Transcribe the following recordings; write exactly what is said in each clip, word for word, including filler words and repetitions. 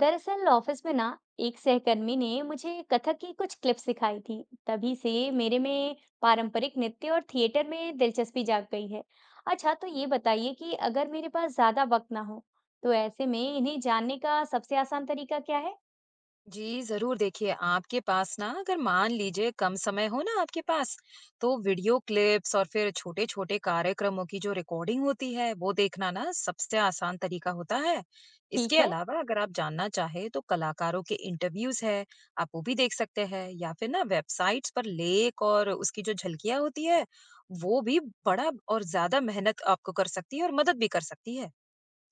दरअसल ऑफिस में ना एक सहकर्मी ने मुझे कथक की कुछ क्लिप्स सिखाई थी। तभी से मेरे में पारंपरिक नृत्य और थिएटर में दिलचस्पी जाग गई है। अच्छा तो ये बताइए कि अगर मेरे पास ज्यादा वक्त ना हो, तो ऐसे में इन्हें जानने का सबसे आसान तरीका क्या है? जी, ज़रूर देखिए। आपके पास ना, अगर मान लीजिए कम समय हो ना आपके पास, तो वीडियो क्लिप्स और फिर छोटे-छोटे कार्यक्रमों की जो रिकॉर्डिंग होती है, वो देखना ना सबसे आसान तरीका होता है। इसके ठीक है। अलावा अगर आप जानना चाहें, तो कलाकारों के इंटरव्यूज़ है, आप वो भी देख सकते हैं, या फिर ना वेबसाइट्स पर लेख और उसकी जो झलकियाँ होती है, वो भी बड़ा और ज़्यादा मेहनत आपको कर सकती है और मदद भी कर सकती है।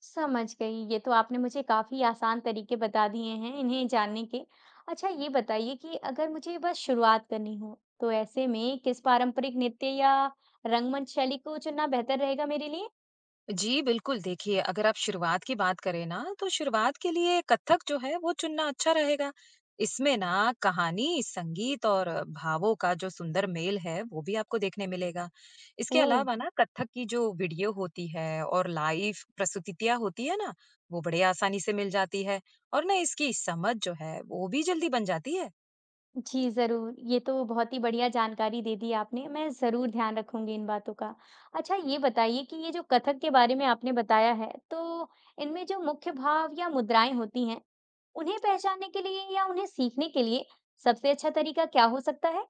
समझ गई, ये तो आपने मुझे काफी आसान तरीके बता दिए हैं इन्हें जानने के। अच्छा ये बताइए कि अगर मुझे बस शुरुआत करनी हो, तो ऐसे में किस पारंपरिक नृत्य या रंगमंच शैली को चुनना बेहतर रहेगा मेरे लिए? जी, बिल्कुल देखिए, अगर आप शुरुआत की बात करें ना, तो शुरुआत के लिए कथक जो है, वो चुनना अच्छा रहेगा। इसमें ना कहानी, संगीत और भावों का जो सुंदर मेल है, वो भी आपको देखने मिलेगा। इसके ओह! अलावा ना कथक की जो वीडियो होती है और लाइव प्रस्तुतियाँ होती है ना, वो बड़े आसानी से मिल जाती है और ना इसकी समझ जो है, वो भी जल्दी बन जाती है। जी, ज़रूर। ये तो बहुत ही बढ़िया जानकारी दे दी आपने, मैं ज़रूर ध्यान रखूँगी इन बातों का। अच्छा ये बताइए कि ये जो कथक के बारे में आपने बताया है, तो इनमें जो मुख्य भाव या मुद्राएँ होती हैं, उन्हें पहचानने के लिए या उन्हें सीखने के लिए सबसे अच्छा तरीका क्या हो सकता है?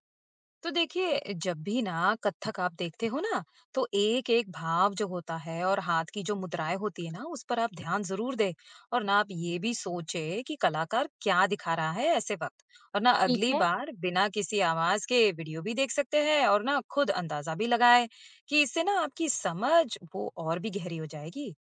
तो देखिए, जब भी ना कथक आप देखते हो ना, तो एक एक भाव जो होता है और हाथ की जो मुद्राएं होती है ना, उस पर आप ध्यान जरूर दे। और ना आप ये भी सोचे कि कलाकार क्या दिखा रहा है ऐसे वक्त। और ना ठीक अगली है। बार बिना किसी आवाज के वीडियो भी देख सकते हैं और ना खुद अंदाजा भी लगाए, कि इससे ना आपकी समझ वो और भी गहरी हो जाएगी।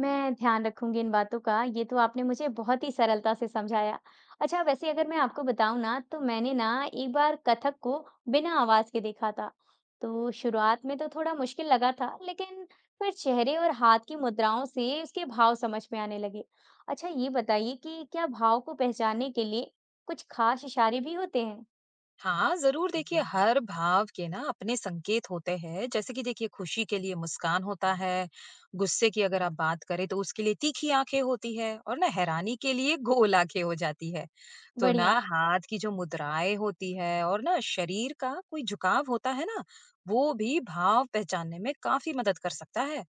मैं ध्यान रखूंगी इन बातों का। ये तो आपने मुझे बहुत ही सरलता से समझाया। अच्छा वैसे अगर मैं आपको बताऊं ना, तो मैंने ना एक बार कथक को बिना आवाज के देखा था। तो शुरुआत में तो थोड़ा मुश्किल लगा था, लेकिन फिर चेहरे और हाथ की मुद्राओं से उसके भाव समझ में आने लगे। अच्छा ये बताइए कि क्या भाव को पहचानने के लिए कुछ खास इशारे भी होते हैं? हाँ, ज़रूर देखिए। हुँ। हर भाव के ना अपने संकेत होते हैं। जैसे कि देखिए, खुशी के लिए मुस्कान होता है, गुस्से की अगर आप बात करें तो उसके लिए तीखी आँखें होती है, और ना हैरानी के लिए गोल आँखें हो जाती है। तो ना बढ़िया। हाथ की जो मुद्राएँ होती है और ना शरीर का कोई झुकाव होता है ना, वो भी भाव पहचानने में काफ़ी मदद कर सकता है।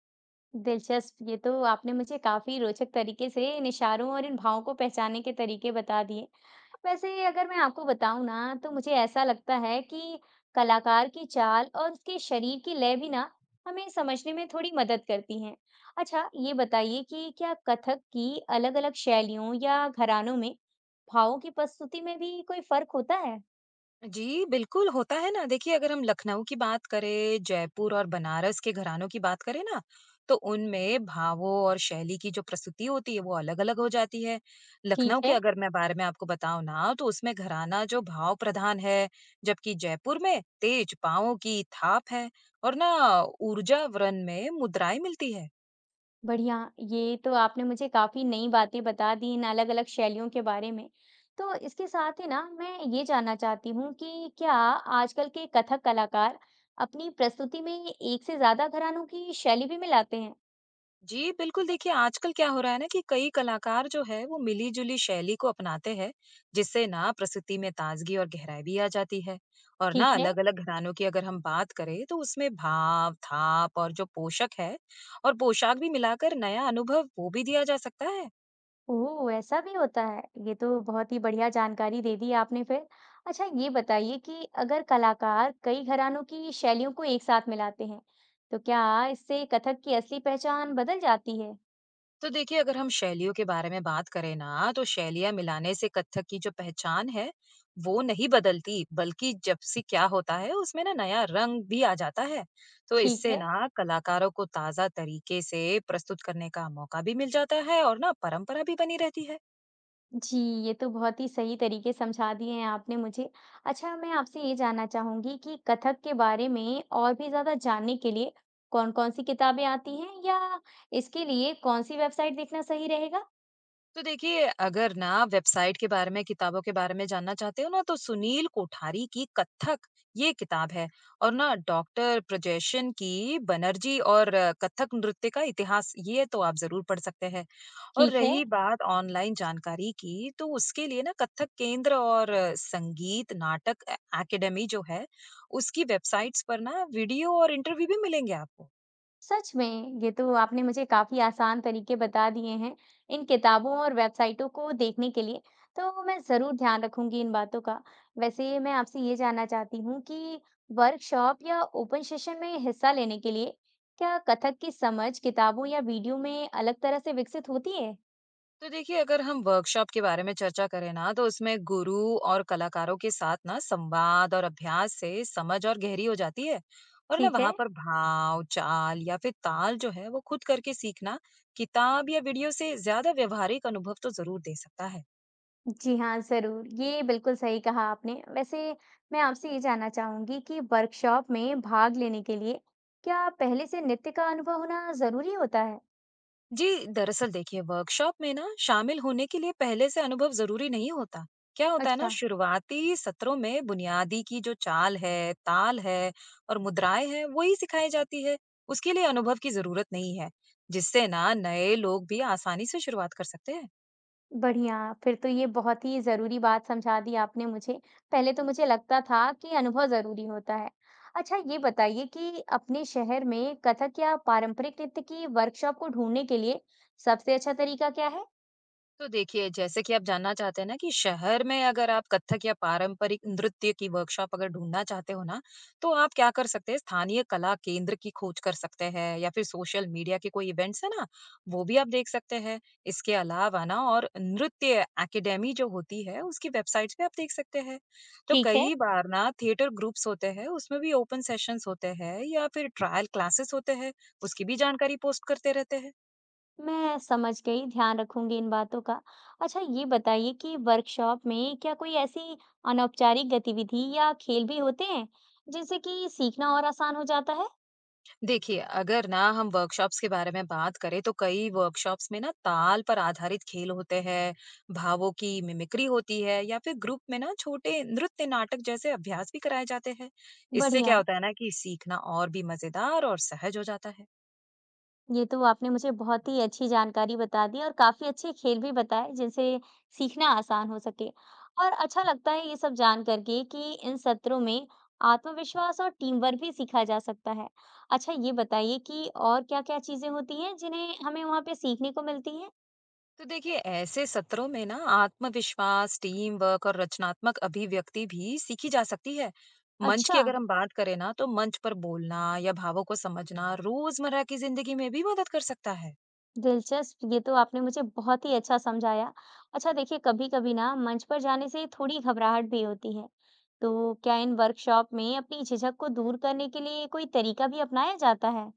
दिलचस्प, ये तो आपने मुझे काफी रोचक तरीके से इन इशारों और इन भावों को पहचानने के तरीके बता दिए। वैसे अगर मैं आपको बताऊं ना, तो मुझे ऐसा लगता है कि कलाकार की चाल और उसके शरीर की लय भी ना हमें समझने में थोड़ी मदद करती हैं। अच्छा, ये बताइए कि क्या कथक की अलग-अलग शैलियों या घरानों में भावों की प्रस्तुति में भी कोई फर्क होता है? जी, बिल्कुल होता है ना। देखिए, अगर हम लखनऊ की बात करें, जयपुर और बनारस के घरानों की बात करें ना, तो उनमें भावों और शैली की जो प्रस्तुति होती है, वो अलग-अलग हो जाती है। ठीक लखनऊ के है। अगर मैं बारे में आपको बताऊँ ना, तो उसमें घराना जो भाव प्रधान है, जबकि जयपुर में तेज पाँवों की थाप है और ना ऊर्जावरण में मुद्राएँ मिलती है। बढ़िया, ये तो आपने मुझे काफ़ी नई बातें बता दी इन अलग-अलग शैलियों के बारे में। तो इसके साथ ही ना मैं ये जानना चाहती हूँ कि क्या आजकल के कथक कलाकार अपनी प्रस्तुति में एक से ज़्यादा घरानों की शैली भी मिलाते हैं? जी, बिल्कुल देखिए, आजकल क्या हो रहा है ना, कि कई कलाकार जो है वो मिली-जुली शैली को अपनाते हैं, जिससे ना प्रस्तुति में ताजगी और गहराई भी आ जाती है। और ना ठीक है। अलग-अलग घरानों की अगर हम बात करें, तो उसमें भाव, थाप और जो पोषक है और पोशाक भी मिलाकर नया अनुभव वो भी दिया जा सकता है। ओह! ऐसा भी होता है। ये तो बहुत ही बढ़िया जानकारी दे दी आपने फिर। अच्छा ये बताइए कि अगर कलाकार कई घरानों की शैलियों को एक साथ मिलाते हैं, तो क्या इससे कथक की असली पहचान बदल जाती है? तो देखिए, अगर हम शैलियों के बारे में बात करें ना, तो शैलियां मिलाने से कथक की जो पहचान है, वो नहीं बदलती, बल्कि जब से क्या होता है, उसमें ना नया रंग भी आ जाता है। तो ठीक इससे है। ना कलाकारों को ताजा तरीके से प्रस्तुत करने का मौका भी मिल जाता है और ना परंपरा भी बनी रहती है। जी, ये तो बहुत ही सही तरीके समझा दिए हैं आपने मुझे। अच्छा मैं आपसे ये जानना चाहूँगी कि कथक के बारे में और भी ज़्यादा जानने के लिए कौन-कौन सी किताबें आती हैं, या इसके लिए कौन-सी वेबसाइट देखना सही रहेगा? तो देखिए, अगर ना वेबसाइट के बारे में, किताबों के बारे में जानना चाहते हो ना, तो सुनील कोठारी की कत्थक, ये किताब है। और ना डॉक्टर प्रजेशन की बनर्जी और कत्थक नृत्य का इतिहास, ये तो आप ज़रूर पढ़ सकते हैं। और ठीक है। रही बात ऑनलाइन जानकारी की, तो उसके लिए ना कत्थक केंद्र और अ, संगीत नाटक अ, एकेडमी जो है, उसकी वेबसाइट्स पर ना वीडियो और इंटरव्यू भी मिलेंगे आपको। सच में ये तो आपने मुझे काफी आसान तरीके बता दिए हैं इन किताबों और वेबसाइटों को देखने के लिए। तो मैं जरूर ध्यान रखूंगी इन बातों का। वैसे मैं आपसे ये जानना चाहती हूँ कि वर्कशॉप या ओपन सेशन में हिस्सा लेने के लिए क्या कथक की समझ किताबों या वीडियो में अलग तरह से विकसित होती है? तो देखिए, अगर हम वर्कशॉप के बारे में चर्चा करें ना, तो उसमें गुरु और कलाकारों के साथ ना संवाद और अभ्यास से समझ और गहरी हो जाती है। और ना ठीक वहां है। पर भाव, चाल या फिर ताल जो है, वो खुद करके सीखना किताब या वीडियो से ज्यादा व्यवहारिक अनुभव तो जरूर दे सकता है। जी हाँ, जरूर, ये बिल्कुल सही कहा आपने। वैसे मैं आपसे ये जानना चाहूंगी कि वर्कशॉप में भाग लेने के लिए क्या पहले से नृत्य का अनुभव होना जरूरी होता है? जी, दरअसल देखिए, वर्कशॉप में ना शामिल होने के लिए पहले से अनुभव जरूरी नहीं होता। क्या होता है ना, अच्छा, शुरुआती सत्रों में बुनियादी की जो चाल है, ताल है और मुद्राएं हैं, वही सिखाई जाती है। उसके लिए अनुभव की जरूरत नहीं है, जिससे ना नए लोग भी आसानी से शुरुआत कर सकते हैं। बढ़िया। फिर तो ये बहुत ही ज़रूरी बात समझा दी आपने मुझे। पहले तो मुझे लगता था कि अनुभव ज़रूरी होता है। अच्छा ये बताइए कि अपने शहर में कथक या पारंपरिक नृत्य की वर्कशॉप को ढूँढने के लिए सबसे अच्छा तरीका क्या है? तो देखिए, जैसे कि आप जानना चाहते हैं ना, कि शहर में अगर आप कथक या पारंपरिक नृत्य की वर्कशॉप अगर ढूँढना चाहते हो ना, तो आप क्या कर सकते हैं, स्थानीय कला केंद्र की खोज कर सकते हैं या फिर सोशल मीडिया के कोई इवेंट्स हैं ना, वो भी आप देख सकते हैं। इसके अलावा ना और नृत्य एकेडमी जो होती है, उसकी वेबसाइट्स पे आप देख सकते हैं। तो ठीक है, कई बार ना थिएटर ग्रुप्स होते हैं, उसमें भी ओपन सेशंस होते हैं या फिर ट्रायल क्लासेस होते हैं, उसकी भी जानकारी पोस्ट करते रहते हैं। मैं समझ गई, ध्यान रखूँगी इन बातों का। अच्छा ये बताइए कि वर्कशॉप में क्या कोई ऐसी अनौपचारिक गतिविधि या खेल भी होते हैं, जिनसे कि सीखना और आसान हो जाता है? देखिए, अगर ना हम वर्कशॉप्स के बारे में बात करें, तो कई वर्कशॉप्स में ना ताल पर आधारित खेल होते हैं, भावों की मिमिक्री होती है या फिर ग्रुप में ना छोटे नृत्य नाटक जैसे अभ्यास भी कराए जाते हैं। इससे क्या बढ़िया। होता है ना, कि सीखना और भी मजेदार और सहज हो जाता है। ये तो आपने मुझे बहुत ही अच्छी जानकारी बता दी और काफ़ी अच्छे खेल भी बताए जिनसे सीखना आसान हो सके। और अच्छा लगता है ये सब जान कर के कि इन सत्रों में आत्मविश्वास और टीम वर्क भी सीखा जा सकता है। अच्छा ये बताइए कि और क्या-क्या चीज़ें होती हैं जिन्हें हमें वहाँ पे सीखने को मिलती हैं? तो देखिए, ऐसे सत्रों में ना आत्मविश्वास, टीम वर्क और रचनात्मक अभिव्यक्ति भी सीखी जा सकती है। मंच की अच्छा। अगर हम बात करें ना, तो मंच पर बोलना या भावों को समझना रोजमर्रा की जिंदगी में भी मदद कर सकता है। दिलचस्प, ये तो आपने मुझे बहुत ही अच्छा समझाया। अच्छा देखिए, कभी-कभी ना मंच पर जाने से थोड़ी घबराहट भी होती है। तो क्या इन वर्कशॉप में अपनी झिझक को दूर करने के लिए कोई तरीका भी अपनाया जाता है?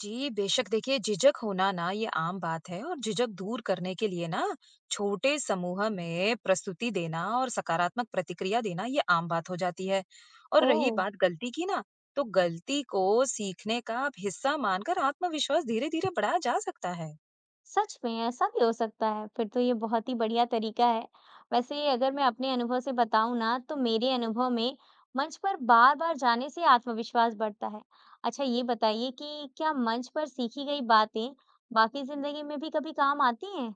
जी, बेशक देखिए, झिझक होना ना ये आम बात है। और झिझक दूर करने के लिए ना छोटे समूह में प्रस्तुति देना और सकारात्मक प्रतिक्रिया देना, ये आम बात हो जाती है। और रही ओह! बात गलती की ना, तो गलती को सीखने का अब हिस्सा मानकर आत्मविश्वास धीरे-धीरे बढ़ाया जा सकता है। सच में ऐसा भी हो सकता है, फिर तो ये बहुत ही बढ़िया तरीका है। वैसे अगर मैं अपने अनुभव से बताऊँ ना, तो मेरे अनुभव में मंच पर बार-बार जाने से आत्मविश्वास बढ़ता है। अच्छा ये बताइए कि क्या मंच पर सीखी गई बातें बाकी ज़िंदगी में भी कभी काम आती हैं?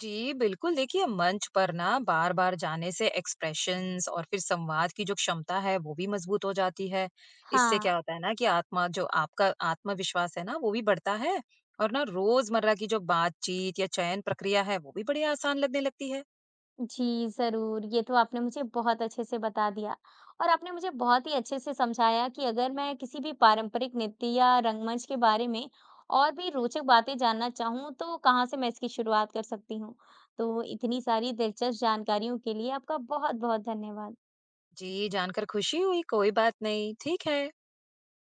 जी, बिल्कुल देखिए, मंच पर ना बार-बार जाने से एक्सप्रेशंस और फिर संवाद की जो क्षमता है, वो भी मजबूत हो जाती है। इससे हाँ, क्या होता है ना, कि आत्मा जो आपका आत्मविश्वास है ना, वो भी बढ़ता है। और ना रोज़मर्रा की जो बातचीत या चयन प्रक्रिया है, वो भी बड़ी आसान लगने लगती है। जी ज़रूर, ये तो आपने मुझे बहुत अच्छे से बता दिया और आपने मुझे बहुत ही अच्छे से समझाया कि अगर मैं किसी भी पारंपरिक नृत्य या रंगमंच के बारे में और भी रोचक बातें जानना चाहूँ, तो कहाँ से मैं इसकी शुरुआत कर सकती हूँ। तो इतनी सारी दिलचस्प जानकारियों के लिए आपका बहुत-बहुत धन्यवाद। जी, जानकर खुशी हुई, कोई बात नहीं। ठीक है।